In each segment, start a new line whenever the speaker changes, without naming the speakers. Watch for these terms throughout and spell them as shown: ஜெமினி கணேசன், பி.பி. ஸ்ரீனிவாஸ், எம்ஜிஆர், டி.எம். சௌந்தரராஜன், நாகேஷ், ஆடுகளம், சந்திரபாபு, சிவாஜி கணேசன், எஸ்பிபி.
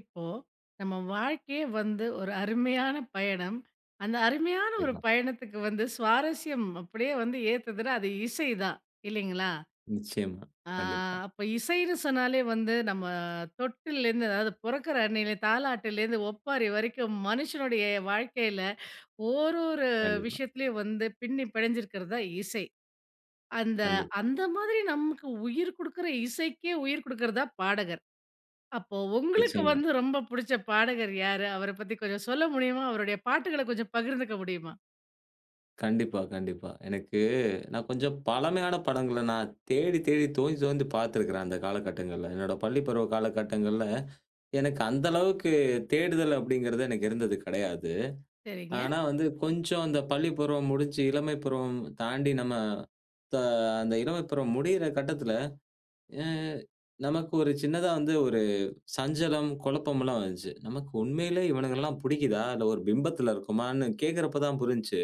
இப்போ நம்ம வாழ்க்கையே வந்து ஒரு அருமையான பயணம். அந்த அருமையான ஒரு
கண்டிப்பா.
பயணத்துக்கு வந்து சுவாரஸ்யம் அப்படியே வந்து ஏத்துதுன்னா, அது இசை தான் இல்லைங்களா?
நிச்சயமா.
ஆ
கண்டிப்பா,
அப்ப இசைன்னு சொன்னாலே வந்து நம்ம தொட்டில்லேருந்து அதாவது பொறக்கிற அன்னையில தாலாட்டுலேருந்து ஒப்பாரி வரைக்கும் மனுஷனுடைய வாழ்க்கையில ஒரு ஒரு
கண்டிப்பா,
விஷயத்துலயும் வந்து பின்னி பிணைஞ்சிருக்கிறது தான் இசை. அந்த
கண்டிப்பா.
அந்த மாதிரி நமக்கு உயிர் குடுக்குற இசைக்கே உயிர் குடுக்கிறது தான் பாடகர். அப்போ உங்களுக்கு
நிச்சயமா.
வந்து ரொம்ப புடிச்ச பாடகர் யாரு? அவர பத்தி கொஞ்சம் சொல்ல முடியுமா? அவருடைய பாட்டுகள கொஞ்சம் பகிர்ந்துக்க முடியுமா?
கண்டிப்பா, கண்டிப்பா. எனக்கு நான் கொஞ்சம் பழமையான படங்கள நான் தேடி, தேடி தோண்டி, தோண்டி பார்த்துருக்கிறேன் அந்த காலகட்டங்கள்ல. என்னோட பள்ளி பருவ காலகட்டங்கள்ல எனக்கு அந்த அளவுக்கு தேடுதல் அப்படிங்கிறது எனக்கு இருந்தது கிடையாது.
சரிங்க.
ஆனா வந்து கொஞ்சம் அந்த பள்ளி பருவம் முடிஞ்சு இளமை பருவம் தாண்டி நம்ம த அந்த இளமை பருவம் முடியிற கட்டத்தில அ நமக்கு ஒரு சின்னதா வந்து ஒரு சஞ்சலம், குழப்பம்லாம் வந்துச்சு. நமக்கு உண்மையிலே இவனுங்கலாம் புடிக்குதா? இல்ல ஒரு பிம்பத்துல இருக்கோமான்னு கேட்கிறப்ப தான் புரிஞ்சுச்சு.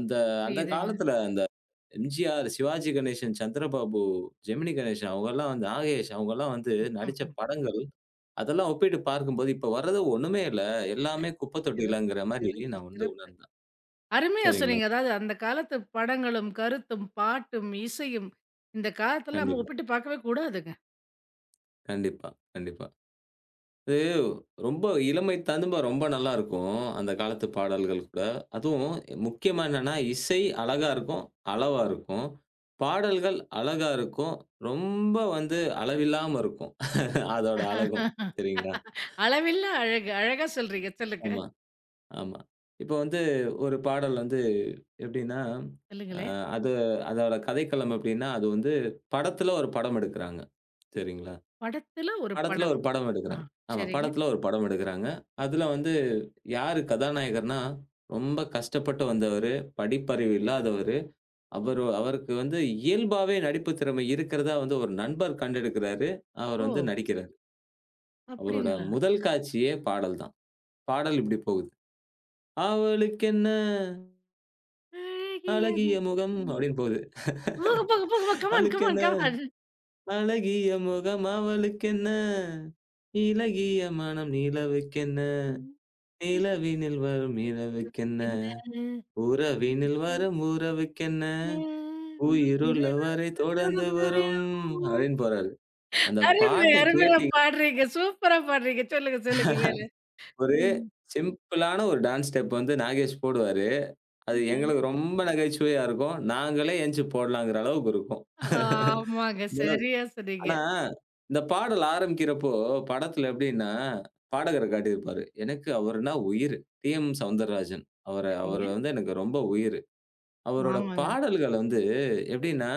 அந்த அந்த
புரியுதுங்க.
காலத்துல அந்த எம்ஜிஆர், சிவாஜி கணேசன், சந்திரபாபு, ஜெமினி கணேசன் அவங்கலாம் வந்து நாகேஷ் அவங்கலாம் வந்து நடிச்ச
ம்ஹ்ம்.
படங்கள், அதெல்லாம் ஒப்பிட்டு பார்க்கும்போது, இப்ப வர்றது ஒண்ணுமே இல்ல. எல்லாமே குப்பை
சிறப்பு,
தொட்டிலங்கிற மாரி
சிறப்பு,
நான் வந்து
சிறப்பு.
உணர்ந்தேன்.
அருமையா
சரிங்களா?
சொன்னீங்க. அதாவது அந்த காலத்து படங்களும், கருத்தும், பாட்டும், இசையும் இந்த காலத்துல நம்ம
கண்டிப்பா,
ஒப்பிட்டு பார்க்கவே கூடாதுங்க.
கண்டிப்பா, கண்டிப்பா. அது ரொம்ப இளமை ததும்ப ரொம்ப நல்லாருக்கும். அந்த காலத்து பாடல்கள் கூட. அதுவும் முக்கியமா என்னன்னா, இசை அழகா இருக்கும், அளவா இருக்கும். பாடல்கள் அழகா இருக்கும். ரொம்ப வந்து அளவில்லாம இருக்கும். அதோட அழகும். சரிங்களா?
அளவில்லா அழகு. அழகா சொல்றீங்க. சொல்லுங்க.
ஆமா, ஆமா. இப்போ வந்து ஒரு பாடல் வந்து எப்படின்னா, அ
சொல்லுங்களேன்.
அது அதோட கதைக்களம் எப்படின்னா, அது வந்து படத்துல ஒரு படம் எடுக்குறாங்க. சரிங்களா?
படத்துல ஒரு
படத்துல
படம்.
ஒரு படம்
ஆ
எடுக்குறாங்க. ஆமா,
சரிங்க.
படத்துல ஒரு படம் எடுக்குறாங்க. அதுல வந்து யாரு கதாநாயகர்ன்னா, ரொம்ப கஷ்டப்பட்டு வந்தவரு, படிப்பறிவு இல்லாதவரு. அவரு அவருக்கு வந்து இயல்பாவே நடிப்பு திறமை இருக்கிறதா வந்து ஒரு நண்பர் கண்டெடுக்கிறாரு. அவர் வந்து
ஓ!
நடிக்கிறாரு. அவரோட
அப்படிங்களா?
முதல் காட்சியே பாடல் தான். பாடல் இப்படி போகுது. "அவளுக்கென்ன
அழகிய
அழகிய முகம்" அப்படின்னு போகுது.
போங்க, போங்க, போங்க, போங்க. கமான்,
"அவளுக்கென்ன
கமான், கமான்.
அழகிய முகம், அவளுக்கென்ன இளகிய மனம், நிலவுக்கென்ன நிலவினில் வரும் நிலவுக்கென்ன, உறவினில் வரும் உறவுக்கென்ன", "உயிருள்ள வரை தொடர்ந்து வரும்" அப்படின்னு போறாரு. அந்த
அருமை,
பாட்ட
அருமையா
கேட்டீங்
பாடுறீங்க. சூப்பரா பாடுறீங்க. சொல்லுங்க, சொல்லுங்க மேல.
ஒரு
ம்.
சிம்பிளான ஒரு டான்ஸ் ஸ்டெப் வந்து நாகேஷ் போடுவாரு. அது எங்களுக்கு ரொம்ப நகைச்சுவையா இருக்கும். நாங்களே எந்திச்சு போடலாங்கிற அளவுக்கு இருக்கும்.
ஆமாங்க.
இந்த அளவுக்கு.
சரியா சொன்னீங்க.
ஆனா, இந்த பாடல் ஆரம்பிக்கிறப்போ, படத்துல எப்படின்னா, பாடகர காட்டியிருப்பாரு. எனக்கு அவர்னா உயிரு. டி.எம். சௌந்தரராஜன். அவர அவரு
சரிங்க.
வந்து எனக்கு ரொம்ப உயிரு. அவரோட
ஆமாங்க.
பாடல்கள் வந்து எப்படின்னா,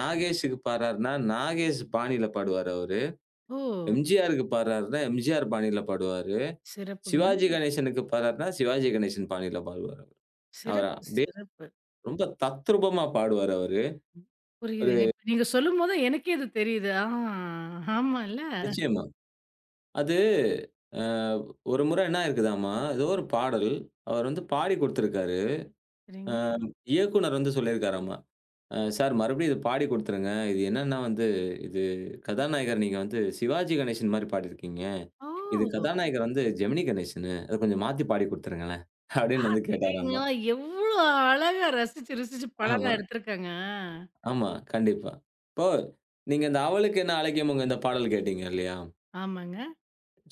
நாகேஷுக்கு பாடுறாருன்னா, நாகேஷ் பாணியில பாடுவாரு அவரு.
ஓ!
எம்ஜிஆருக்கு பாடுறாருன்னா, எம்ஜிஆர் பாணியில பாடுவாரு.
சிறப்புங்க.
சிவாஜி கணேசனுக்கு பாடுறாருன்னா, சிவாஜி கணேசன் பாணியில பாடுவாரு. அவரு
சிறப்பு,
அப்படியே
சிறப்பு.
ரொம்ப தத்ரூபமா பாடுவாரு அவரு.
ம்.
ஒரு
புரியுதுங்க. இப்ப நீங்க சொல்லும்போது எனக்கே இது தெரியுது. ஆ ஆமால்ல.
நிச்சயமா. அது அ ஒரு முறை என்ன ஆயிருக்குதாமா, ஏதோ ஒரு பாடல் அவர் வந்து பாடி குடுத்திருக்காரு. அ
சரிங்க.
இயக்குனர் வந்து சொல்லியிருக்காராமா, சார் மறுபடியும் இத பாடி குடுத்துருங்க. இது என்னன்னா வந்து, இது கதாநாயகர் நீங்க வந்து சிவாஜி கணேசன் மாரி பாடியிருக்கீங்க. இது
ஓ!
கதாநாயகர் வந்து ஜெமினி கணேசனு. அத கொஞ்சம் மாத்தி பாடி குடுத்துருங்களேன்." அப்படின்னு வந்து கேட்டாராமா.
சரிங்களா எவ்ளோ அழகா ரசிச்சு, ரசிச்சு
ஆமா.
படம்லாம் எடுத்திருக்காங்க. ஆ.
ஆமா, கண்டிப்பா. இப்போ நீங்க இந்த "அவளுக்கு என்ன அழைக்குமுங்க" இந்த பாடல் கேட்டீங்க இல்லையா?
ஆமாங்க.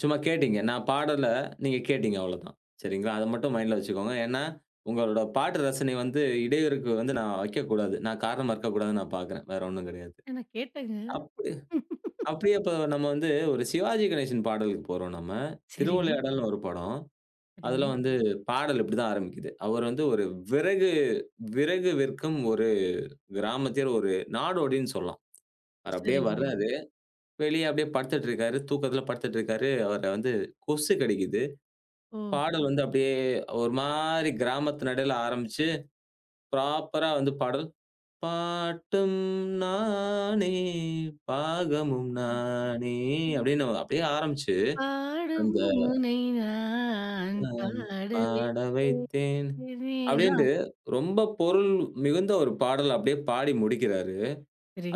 சும்மா கேட்டீங்க. நான் பாடல, நீங்க கேட்டீங்க அவ்வளோதான். சரிங்களா? அத மட்டும் மைண்ட்ல வச்சுக்கோங்க. ஏன்னா, உங்களோட பாட்டு ரசனை வந்து இடையூறுக்கு வந்து நான் வைக்கக்கூடாது. நான் காரணமா இருக்கக்கூடாதுன்னு நான் பார்க்குறேன். வேற ஒண்ணும் கிடையாது.
நான் கேட்டேங்க.
அப்படி அப்படியே இப்ப நம்ம வந்து ஒரு சிவாஜி கணேசன் பாடலுக்கு போறோம் நம்ம.
சரிங்க,
திருவிளையாடல்னு ஒரு படம்.
சரிங்க,
அதுல வந்து பாடல் இப்படிதான் ஆரம்பிக்குது. அவர் வந்து ஒரு விறகு விறகு விற்கும் ஒரு கிராமத்தில ஒரு நாடோடின்னு சொல்லலாம். அவர் அப்படியே
சரிங்க.
வர்றாரு. வெளிய அப்படியே படுத்துட்டுருக்காரு. தூக்கத்துல படுத்துட்டுருக்காரு. அவர வந்து கொசு கடிக்குது.
ஓ!
பாடல் வந்து அப்படியே ஒரு மாரி கிராமத்து நடையில ஆரம்பிச்சு, ப்ராப்பரா வந்து பாடல். "பாட்டும் நானே, பாகமும் நானே" அப்படின்னு அப்படியே ஆரம்பிச்சு,
பாடும்
அந்த
முனை நான்
பாட
பாடுவித்தேனே
வைத்தேன்
ஆ.
அப்படின்ட்டு ரொம்ப பொருள் மிகுந்த ஒரு பாடல் அப்படியே பாடி முடிக்கிறாரு.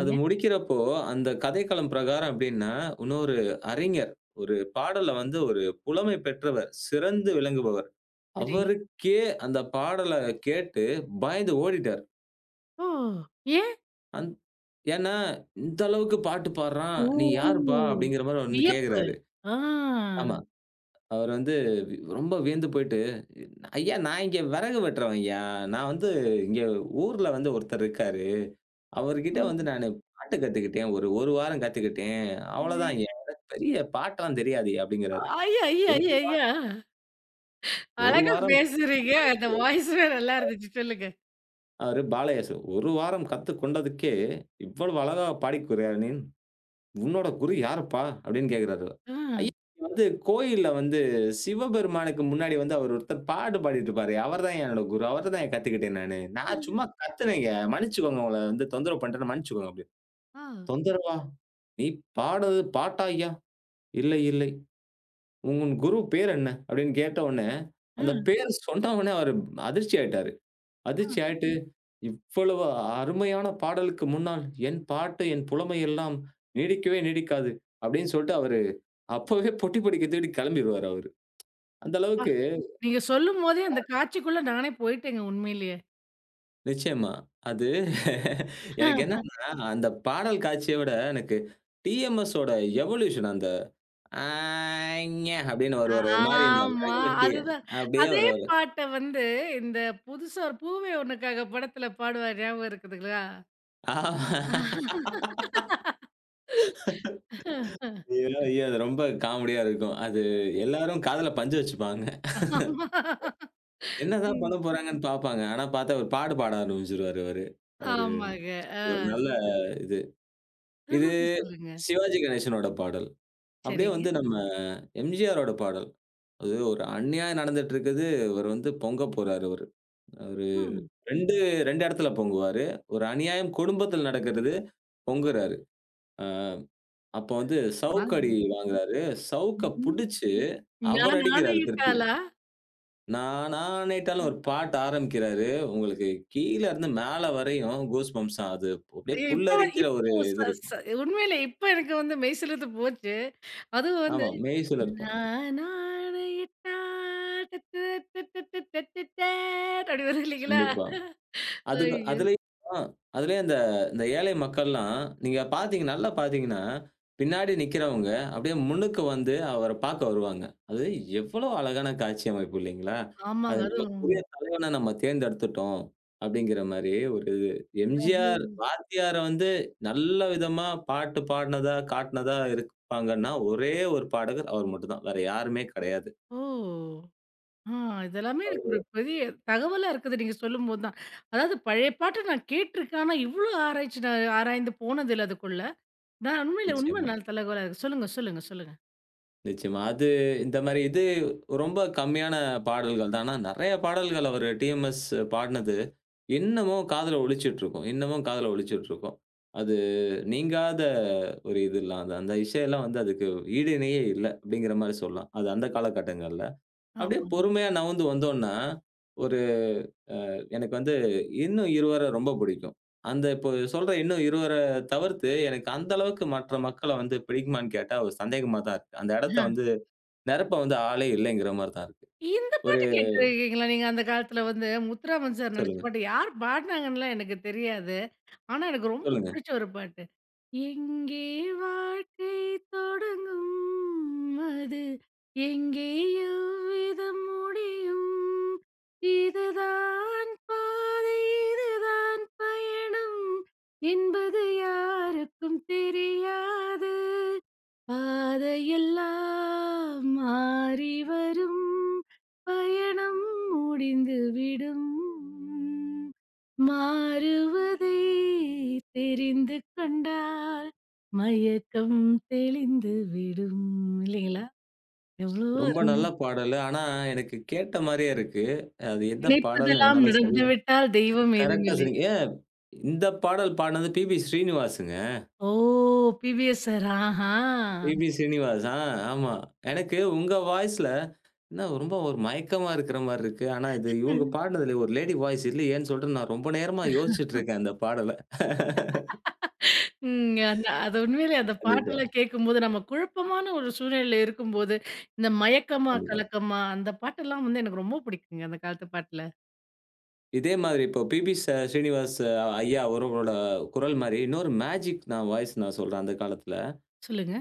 அது முடிக்கிறப்போ, அந்த கதைக்களம் பிரகாரம் எப்படின்னா, இன்னொரு அறிஞர், ஒரு பாடல வந்து ஒரு புலமை பெற்றவர், சிறந்து விளங்குபவர்.
சரிங்க.
அவருக்கே அந்த பாடல கேட்டு பயந்து ஓடிட்டாரு.
ஓ! ஏன்?
அந் ஏன்னா, இந்த அளவுக்கு பாட்டு பாடுறான்.
ஓ!
நீ யாருப்பா? அப்படிங்கிற மாரி வந்து
வியப்பு.
கேட்கிறாரு.
ஆ.
ஆமா. அவர் வந்து ரொம்ப வியந்து போயிட்டு, "ஐயா நான் இங்க விறகு வெட்டுறவன்யா. நான் வந்து இங்க ஊர்ல வந்து ஒருத்தர் இருக்காரு. அவர்கிட்ட
ஓ!
வந்து நானு பாட்டு கத்துக்கிட்டேன். ஒரு, 1 வாரம் கத்துக்கிட்டேன். அவ்வளோதான்யா. எனக்கு பெரிய பாட்டெல்லாம் தெரியாதுய்யா அப்படிங்கிறாரு.
ஐய, ஐய, ஐய, ஐயா!
ஒரு 1
அழகா
வாரம்
பேசுறீங்க. அந்த வாய்ஸ் வேற நல்லா இருந்துச்சு. சொல்லுங்க.
அவரு பாலயேசு. 1 வாரம் கத்துக் கொண்டதுக்கே இவ்வளவு அழகா பாடிக்கொறியா நீ? உன்னோட குரு யாருப்பா? அப்படின்னு கேட்கிறாரு.
ஆ.
ஐயா நீங்க வந்து கோயில்ல வந்து சிவபெருமானுக்கு முன்னாடி வந்து அவர் ஒருத்தர் பாட்டு பாடிட்டு இருப்பாரே, அவர்தான் என்னோட குரு. அவர்ட்டதான் நான் கத்துக்கிட்டேன் நானு. நான் சும்மா கத்துனேங்க. மன்னிச்சுக்கோங்க உங்கள வந்து தொந்தரவு பண்ட்டேன்னு மன்னிச்சுக்கோங்க அப்படின்னு.
ஆ.
தொந்தரவா? நீ பாடுனது பாட்டா ஐயா? இல்லை, இல்லை. உன் குரு பேர் என்ன? அப்படின்னு கேட்ட உடனே,
ஆ,
அந்த பேர் சொன்ன உடனே அவரு அதிர்ச்சி ஆயிட்டாரு.
ஆ.
அதிர்ச்சி ஆயிட்டு, "இவ்வளவு அருமையான பாடலுக்கு முன்னால் என் பாட்டு, என் புலமை எல்லாம் நீடிக்கவே நீடிக்காது." அப்படின்னு சொல்லிட்டு அவரு அப்பவே பொட்டி பொடிக்க தூக்கிட்டு கிளம்பிருவாரு அவரு. அந்த
ஆ.
அளவுக்கு
நீங்க சொல்லும்போதே அந்த காட்சிக்குள்ள நானே போயிட்டேங்க உண்மையிலேயே.
நிச்சயமா. அது எனக்கு என்னன்னா, அந்த பாடல் காட்சிய விட எனக்கு டிஎம்எஸோட எவல்யூஷன் அந்த ஆங், அப்படின்னு வருவாரு. ஒரு மாரி இந்த
ஆமா.
விறகு வெட்டி
அதுதான்.
அப்படியே
அதே
வருவாரு.
பாட்ட வந்து இந்த புதுசா ஒரு பூவே உனக்காக படத்துல பாடுவாரு ஞாபகம் இருக்குதுங்களா?
ஆமா. ஐயோ! ஐயோ! அது ரொம்ப காமெடியா இருக்கும். அது எல்லாரும் காதுல பஞ்சு வச்சுப்பாங்க.
ஆமா.
என்னதான் பண்ண
ம்.
போறாங்கன்னு பார்ப்பாங்க. ஆனா பார்த்தா ஒரு பாட்டு பாட ஆரம்பிச்சுருவாரு அவரு. அவரு
ஆமாங்க. ஆ
ஒரு நல்ல இது. இது
தொடர்ந்து சொல்லுங்க.
சிவாஜி கணேசனோட பாடல். அப்படியே
சரிங்க.
வந்து நம்ம எம்ஜிஆரோட பாடல். அது ஒரு அநியாயம் நடந்துட்டு இருக்குது. இவரு வந்து பொங்க போறாரு அவரு. அவரு
ஆ
2, 2 இடத்துல பொங்குவாரு. ஒரு அநியாயம் குடும்பத்துல நடக்கிறது. பொங்குறாரு. அ அப்போ வந்து சவுக்கு அடி
வாங்க.
வாங்குறாரு. சவுக்க
ம்.
புடிச்சு அவர்
நான்
அடிக்கிறாரு திருப்பி.
ஆணையிட்டாளா?
நானா நைட்டாலும் ஒரு பாட்டு ஆரம்பிக்கிறாரு. உங்களுக்கு கீழ இருந்து மேல வரையும் கூஸ்பம்ப்ஸ் தான். அது அப்படியே
ஐயோ!
புல்லரிக்கிற ஒரு
இப்போ ச
இது
ச
இருக்கும்.
உண்மையிலே இப்ப எனக்கு வந்து மெய் சிலுத்து போச்சு. அதுவும் வந்து
ஆமா, மெய்சிலிர்க்கும்.
நானாடையிட்டா டட்டு டட்டு டட்டு டட்டு டேட் அப்படி வரும் இல்லைங்களா?
கண்டிப்பா. அதுக்கு
ஐயோ!
அதுலயும் அ அதுலயும் அந்த இந்த ஏழை மக்கள்லாம், நீங்க பார்த்தீங்க நல்லா பார்த்தீங்கன்னா, பின்னாடி நிக்கிறவங்க அப்படியே முன்னுக்கு வந்து அவர பார்க்க வருவாங்க. அது எவ்வளோ அழகான காட்சி அமைப்பு இல்லைங்களா? அது
ஆமாங்க. அதுவும்
நமக்குரிய தலைவன நம்ம தேர்ந்தெடுத்துட்டோம். அப்படிங்கிற மாரி ஒரு இது. எம்ஜிஆர்,
அது
வாத்தியார வந்து நல்ல விதமா பாட்டு பாடுனதா, காட்டுனதா இருப்பாங்கன்னா, ஒரே ஒரு பாடகர் அவர் மட்டும் தான். வேற யாருமே கிடையாது.
ஓ! ஆ இதெல்லாமே எனக்கு ஒரு பெரிய தகவலா இருக்குது நீங்க சொல்லும்போது தான். அதாவது பழைய பாட்ட நான் கேட்டுருக்கேன். ஆனா இவ்ளோ ஆராய்ச்சி நான் ஆராய்ந்து போனதில்ல அதுக்குள்ள. நான் உண்மையில உண்மை
நிச்சயமா.
நல்ல தகவலா இருக்கு. சொல்லுங்க, சொல்லுங்க, சொல்லுங்க.
நிச்சயமா. அது இந்த மாரி இது ரொம்ப கம்மியான பாடல்கள் தான். ஆனா நெறைய பாடல்கள் அவரு டிஎம்எஸ் பாடுனது, இன்னமும் காதுல ஒலிச்சிட்டுருக்கும். இன்னமும் காதுல ஒலிச்சிட்டுருக்கும். அது நீங்காத ஒரு இதுலாம். அது அந்த அந்த இசையெல்லாம் வந்து அதுக்கு ஈடு இணையே இல்ல, அப்படிங்கிற மாரி சொல்லலாம். அது அந்த காலகட்டங்கள்ல. அப்படியே
ஆமாங்க.
பொறுமையா நவுந்து வந்தோம்னா, ஒரு எனக்கு வந்து இன்னும் இருவர ரொம்ப பிடிக்கும். அந்த இப்போ சொல்ற இன்னும் இருவர தவிர்த்து, எனக்கு அந்த அளவுக்கு மற்ற மக்கள வந்து பிடிக்குமான்னு கேட்டா ஒரு சந்தேகமா தான் இருக்கு. அந்த இடத்த
ஆ.
வந்து நெரப்ப வந்து ஆளே இல்லைங்கிற மாரி தான் இருக்கு.
இந்த
ஒரு
பாட்டு கேட்டுருக்கீங்களா நீங்க அந்த காலத்துல வந்து முத்துராமன் சார் நடிச்ச
சொல்லுங்க,
பாட்டு யார் பாடுனாங்கன்னுலாம் எனக்கு தெரியாது. ஆனா எனக்கு ரொம்ப
சொல்லுங்க.
புடிச்ச ஒரு பாட்டு. எங்கே வாழ்க்கை தொடங்கும்? அது எங்கே எவ்விதம் முடியும்? இதுதான் பாதை, இதுதான் பயணம் என்பது யாருக்கும் தெரியாது. பாதையெல்லாம் மாறி வரும், பயணம் முடிந்துவிடும். மாறுவதை தெரிந்து கொண்டால் மயக்கம் தெளிந்து விடும் இல்லைங்களா? எவ்ளோ
ரொம்ப
அருமை.
நல்ல பாடலு. ஆனா, எனக்கு கேட்ட மாரியே இருக்கு. அது எந்த பாடல்னு
நினைப்பதெல்லாம்
என்னால சரியா
நடந்துவிட்டால் தெய்வம்
கரெக்ட்டா
ஏதுமில்லை.
சொன்னீங்க. ஏன் இந்த பாடல் பாடுனது பி.பி. ஸ்ரீனிவாசுங்க.
ஓ! PVS sir. ஆஹா!
பி.பி. ஸ்ரீனிவாஸ். ஆமா. எனக்கு உங்க வாய்ஸ்ல என்ன ரொம்ப ஒரு மயக்கமா இருக்கிற மாரி இருக்கு. ஆனா, இது இவங்க
ம்.
பாடுனதுல ஒரு லேடி வாய்ஸ் இல்லையேன்னு சொல்லிட்டு நான் ரொம்ப நேரமா யோசிச்சுட்டு இருக்கேன் அந்த பாடல.
அந்த அது உண்மையிலே அந்த
கண்டிப்பா,
பாட்டெல்லாம் கேட்கும்போது, நம்ம குழப்பமான ஒரு சூழ்நிலையில இருக்கும்போது, இந்த மயக்கமா,
கண்டிப்பா.
கலக்கமா அந்த பாட்டெல்லாம் வந்து எனக்கு ரொம்ப பிடிக்குங்க, அந்த காலத்து பாட்டுல.
இதே மாதிரி இப்போ பி.பி. ஸ்ரீனிவாஸ் ஐயா அவர்களோட குரல் மாரி, இன்னொரு மேஜிக் நான் வாய்ஸ் நான் சொல்றேன் அந்த காலத்துல.
சொல்லுங்க.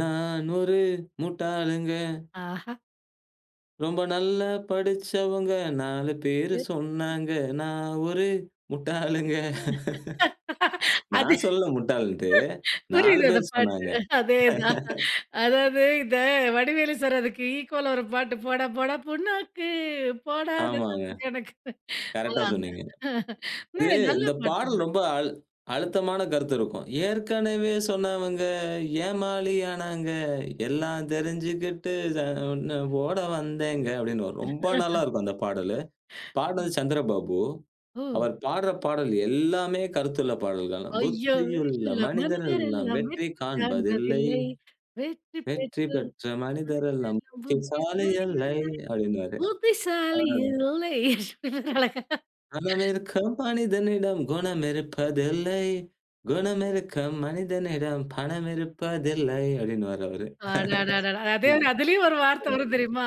நான் ஒரு முட்டாளுங்க,
ஆஹா!
ரொம்ப நல்லா படிச்சவங்க, 4 பேரு
பெருசு.
சொன்னாங்க. நான் ஒரு முட்டாளுங்க.
அது
நான் சொல்லல முட்டாள்ன்ட்டு, 4
புரியுது அந்த
பேர்
பாட்டு.
சொன்னாங்க.
அதேதான். அதாவது இந்த வடிவேலு சார் அதுக்கு ஈக்குவலா ஒரு பாட்டு "போடா போடா புண்ணாக்கு போடாத
ஆமாங்க.
தப்பு கணக்கு"
கரெக்ட்டா
அதான். அந்த-
சொன்னீங்க. இது
உண்மையிலே நல்ல
இந்த
பாட்டு
பாடல்
அது.
ரொம்ப அழுத்தமான கருத்து இருக்கும். ஏற்கனவே சொன்னவங்க ஏமாளியானாங்க, எல்லாம் தெரிஞ்சுக்கிட்டு அ உன்ன ஓட வந்தேங்க அப்படின்னு வரும். ரொம்ப நல்லா இருக்கும் அந்த பாடலு. பாடுனது சந்திரபாபு.
ஓ!
அவர் பாடுற பாடல் எல்லாமே கருத்துள்ள பாடல்கள்.
ஐயோ!
புத்தியுள்ள
இல்ல மனிதர்
மனிதரெல்லாம்
எல்லாம்
வெற்றி
வெற்றி
காண்பதில்லை,
காண்பதில்லை. வெற்றி
வெற்றி
பெற்ற
பெற்ற
மனிதர்
மனிதரெல்லாம்
எல்லாம்
புத்திசாலி
புத்திசாலி
இல்லை
இல்லை.
அப்படின்னுவாரு.
புத்திசாலி இல்லை. அழகா
மனமிருக்கும் மனிதனிடம் குணமிருப்பதில்லை. குணமிருக்கும் மனிதனிடம் பணமிருப்பதில்லை. அப்டின்னுவாரு அவரு.
அடடடடா! அது அதுலயும் ஒரு வார்த்தை வரும் தெரியுமா?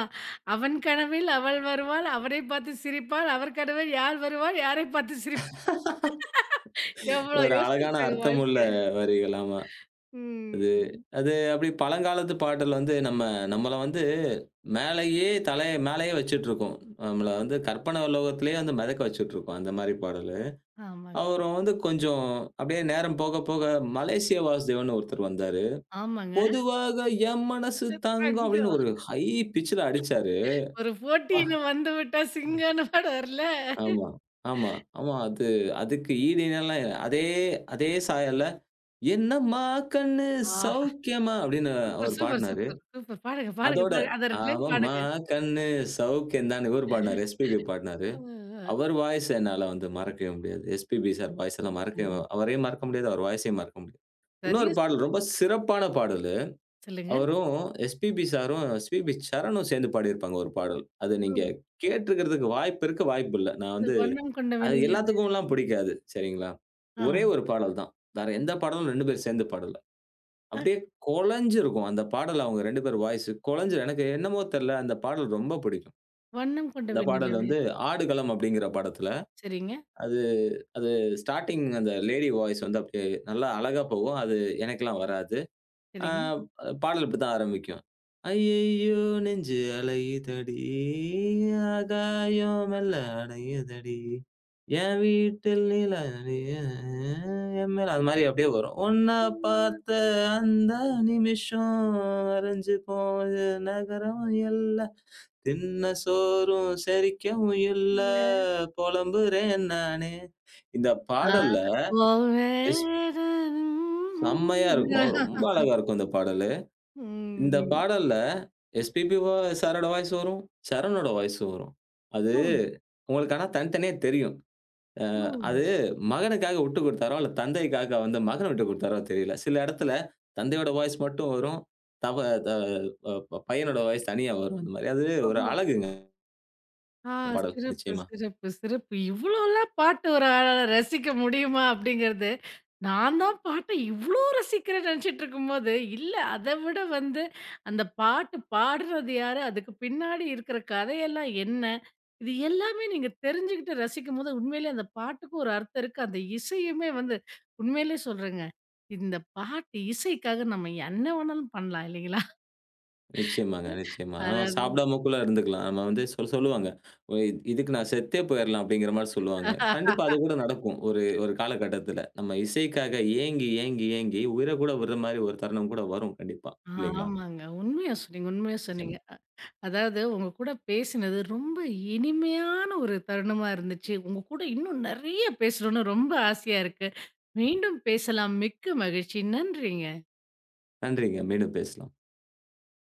"அவன் கனவில் அவள் வருவாள், அவனைப் பார்த்து சிரிப்பாள், அவர் கனவில் யார் வருவாள், யாரைப் பார்த்து சிரிப்பாள்." எவ்வளோ
ஒரு அழகான
யோசிச்சிருக்காங்க
அர்த்தமுள்ள
வாழ்க்கைய.
வரிகள். ஆமா. அது
ம்.
அது அப்டி பழங்காலத்து பாடல் வந்து நம்ம நம்மள வந்து மேலயே தலைய மேலயே வச்சுட்ருக்கும். நம்மள வந்து கற்பனை லோகத்திலேயே வந்து மிதக்க வச்சுட்ருக்கும். அந்த மாரி பாடலு.
ஆமாங்க.
அவரும் வந்து கொஞ்சம் அப்டியே நேரம் போக போக மலேசிய வாசுதேவன்னு ஒருத்தர் வந்தாரு.
ஆமாங்க.
பொதுவாக என் மனசு தங்கம்
அங்க
அப்டின்னு ஒரு ஹை பிட்ச்ல அடிச்சாரு.
ஒரு
ஆ.
போட்டின்னு வந்துவிட்டா சிங்கம்ன்னு பாடம் வரும்ல.
ஆமா, ஆமா, ஆமா. அது அதுக்கு ஈடு இணைலாம் இல்ல. அதே அதே சாயல்ல, "என்னம்மா கண்ணு
ஆஹா!
சௌக்கியமா?" அப்படின்னு
சூப்பர்,
அவரு
சூப்பர்,
பாடுனாரு.
Super, super. பாடுங்க, பாடுங்க,
அதோட,
பாடுங்க. அந்த 2 லைன்
"அவம்மா
பாடுங்க.
கண்ணு சௌக்கியம் தான்னு" இவரு பாடுனாரு. எஸ்பிபி பாடுனாரு.
அ
அவர் வாய்ஸ் என்னால வந்து மறக்கவே முடியாது. எஸ்பிபி சார் வாய்ஸ் எல்லாம் மறக்கவே
ஐயோ!
அவரையும் மறக்க முடியாது, அவர் வாய்ஸையும் மறக்க முடியாது. இன்னொரு
சரியா சொன்னீங்க.
பாடல், ரொம்ப சிறப்பான பாடலு.
சொல்லுங்க.
அவரும் எஸ்பிபி சாரும், எஸ்பிபி சரணும் சேர்ந்து பாடியிருப்பாங்க ஒரு பாடல். அது நீங்க
ம்.
கேட்டுருக்கிறதுக்கு வாய்ப்பு இருக்கு, வாய்ப்பு இல்ல. நான்
அது
வந்து
"வண்ணம் கொண்ட
அது
வெண்ணிலவே"
எல்லாத்துக்கும்லாம் பிடிக்காது. சரிங்களா? ஒரே
ஆ.
ஒரு பாடல் தான். வேற எந்த பாடலும் 2 பேரும் சேர்ந்து பாடல.
அ
அப்படியே கொலைஞ்சிருக்கும். அந்த பாடல் அவங்க 2 பேர் வாய்ஸ் கொலைஞ்சு எனக்கு என்னமோ தெரியல. அந்த பாடல் ரொம்ப பிடிக்கும்.
"வண்ணம் கொண்ட
அந்த பாடல்
வெண்ணிலவே"
வந்து ஆடுகளம் அப்படிங்கிற படத்துல,
சரிங்க.
அது அது ஸ்டார்ட்டிங் அந்த லேடி வாய்ஸ் வந்து அப்படியே நல்லா அழகா போகும். அது எனக்கெல்லாம் வராது. ஆ
சரிங்க.
பாடல் இப்படித்தான் ஆரம்பிக்கும். ஐயையோ! நெஞ்சு அலையுதடி, ஆகாயம் மெல்ல அணையுதடி, என் வீட்டில் நிலா நீயு என் மேல அது மாரி அப்படியே வரும். உன்ன பார்த்த அந்த நிமிஷம் அறைஞ்சு போன நகரம் எல்லாம், தின்ன சோறும் செரிக்கவும் இல்ல,
இல்ல.
புலம்புறேன் நானு. இந்த
ஆ
பாடல்ல
ஓ!
எஸ்
வேதனும்.
செம்மையா இருக்கும். ரொம்ப அழகா இருக்கும் இந்த பாடலு. இந்த
ம்.
பாடல்ல எஸ்பிபிவா சாரோட வாய்ஸ் வரும். சரணோட வாய்ஸ் வரும். அது
ஓ,
உங்களுக்கு ஆனா தனித்தனியா தெரியும். அ
ஓ,
அது மகனுக்காக விட்டு குடுத்தாரோ! இல்ல தந்தைக்காக வந்து மகன விட்டு குடுத்தாரோ தெரியல. சில இடத்துல தந்தையோட வாய்ஸ் மட்டும் வரும். தவ த அ ப பையனோட வாய்ஸ் தனியா வரும். அந்த மாரி அது ஒரு
ஓஹோ.
அழகுங்க
ஆ
அந்த பாடல்
சிறப்பு,
நிச்சயமா.
சிறப்பு, சிறப்பு. இவ்ளோலாம் பாட்டு ஒரு ஆளால ரசிக்க முடியுமா? அப்படிங்கிறது, நான் தான் பாட்ட இவ்ளோ ரசிக்கிறேன்னு நெனச்சிட்டுருக்கும்போது, இல்ல அத விட வந்து அந்த பாட்டு பாடுறது யாரு? அதுக்கு பின்னாடி இருக்கிற கதையெல்லாம் என்ன? இது எல்லாமே நீங்க தெரிஞ்சுகிட்டு ரசிக்கும்போது, உண்மையிலேயே அந்த பாட்டுக்கு ஒரு அர்த்தம் இருக்கு. அந்த இசையுமே வந்து உண்மையிலேயே சொல்றேங்க. இந்த பாட்டு இசைக்காக நம்ம என்ன வேணாலும் பண்ணலாம் இல்லைங்களா?
நிச்சயமாங்க, நிச்சயமா. நம்ம சாப்பிடாமக்கூட இருந்துக்கலாம். நம்ம வந்து சொல்லுவாங்க. "ஒ இத் இதுக்கு நான் செத்தே போயிரலாம்." அப்படிங்கிற மாரி சொல்லுவாங்க.
அதாவது
கண்டிப்பா அது கூட நடக்கும். ஒரு ஒரு காலகட்டத்தில. நம்ம இசைக்காக ஏங்கி, ஏங்கி, ஏங்கி உயிர கூட விடுற மாரி ஒரு தருணம் கூட வரும் கண்டிப்பா. இல்லைங்களா?
ஆமாங்க. உண்மையா சொன்னீங்க, உண்மையா
நிச்சயமா.
சொன்னீங்க. அதாவது உங்க கூட பேசினது ரொம்ப இனிமையான ஒரு தருணமா இருந்துச்சு. உங்க கூட இன்னும் நெறைய பேசணும்னு ரொம்ப ஆசையா இருக்கு. மீண்டும் பேசலாம். மிக்க மகிழ்ச்சி. நன்றிங்க.
நன்றிங்க. மீண்டும் பேசலாம்.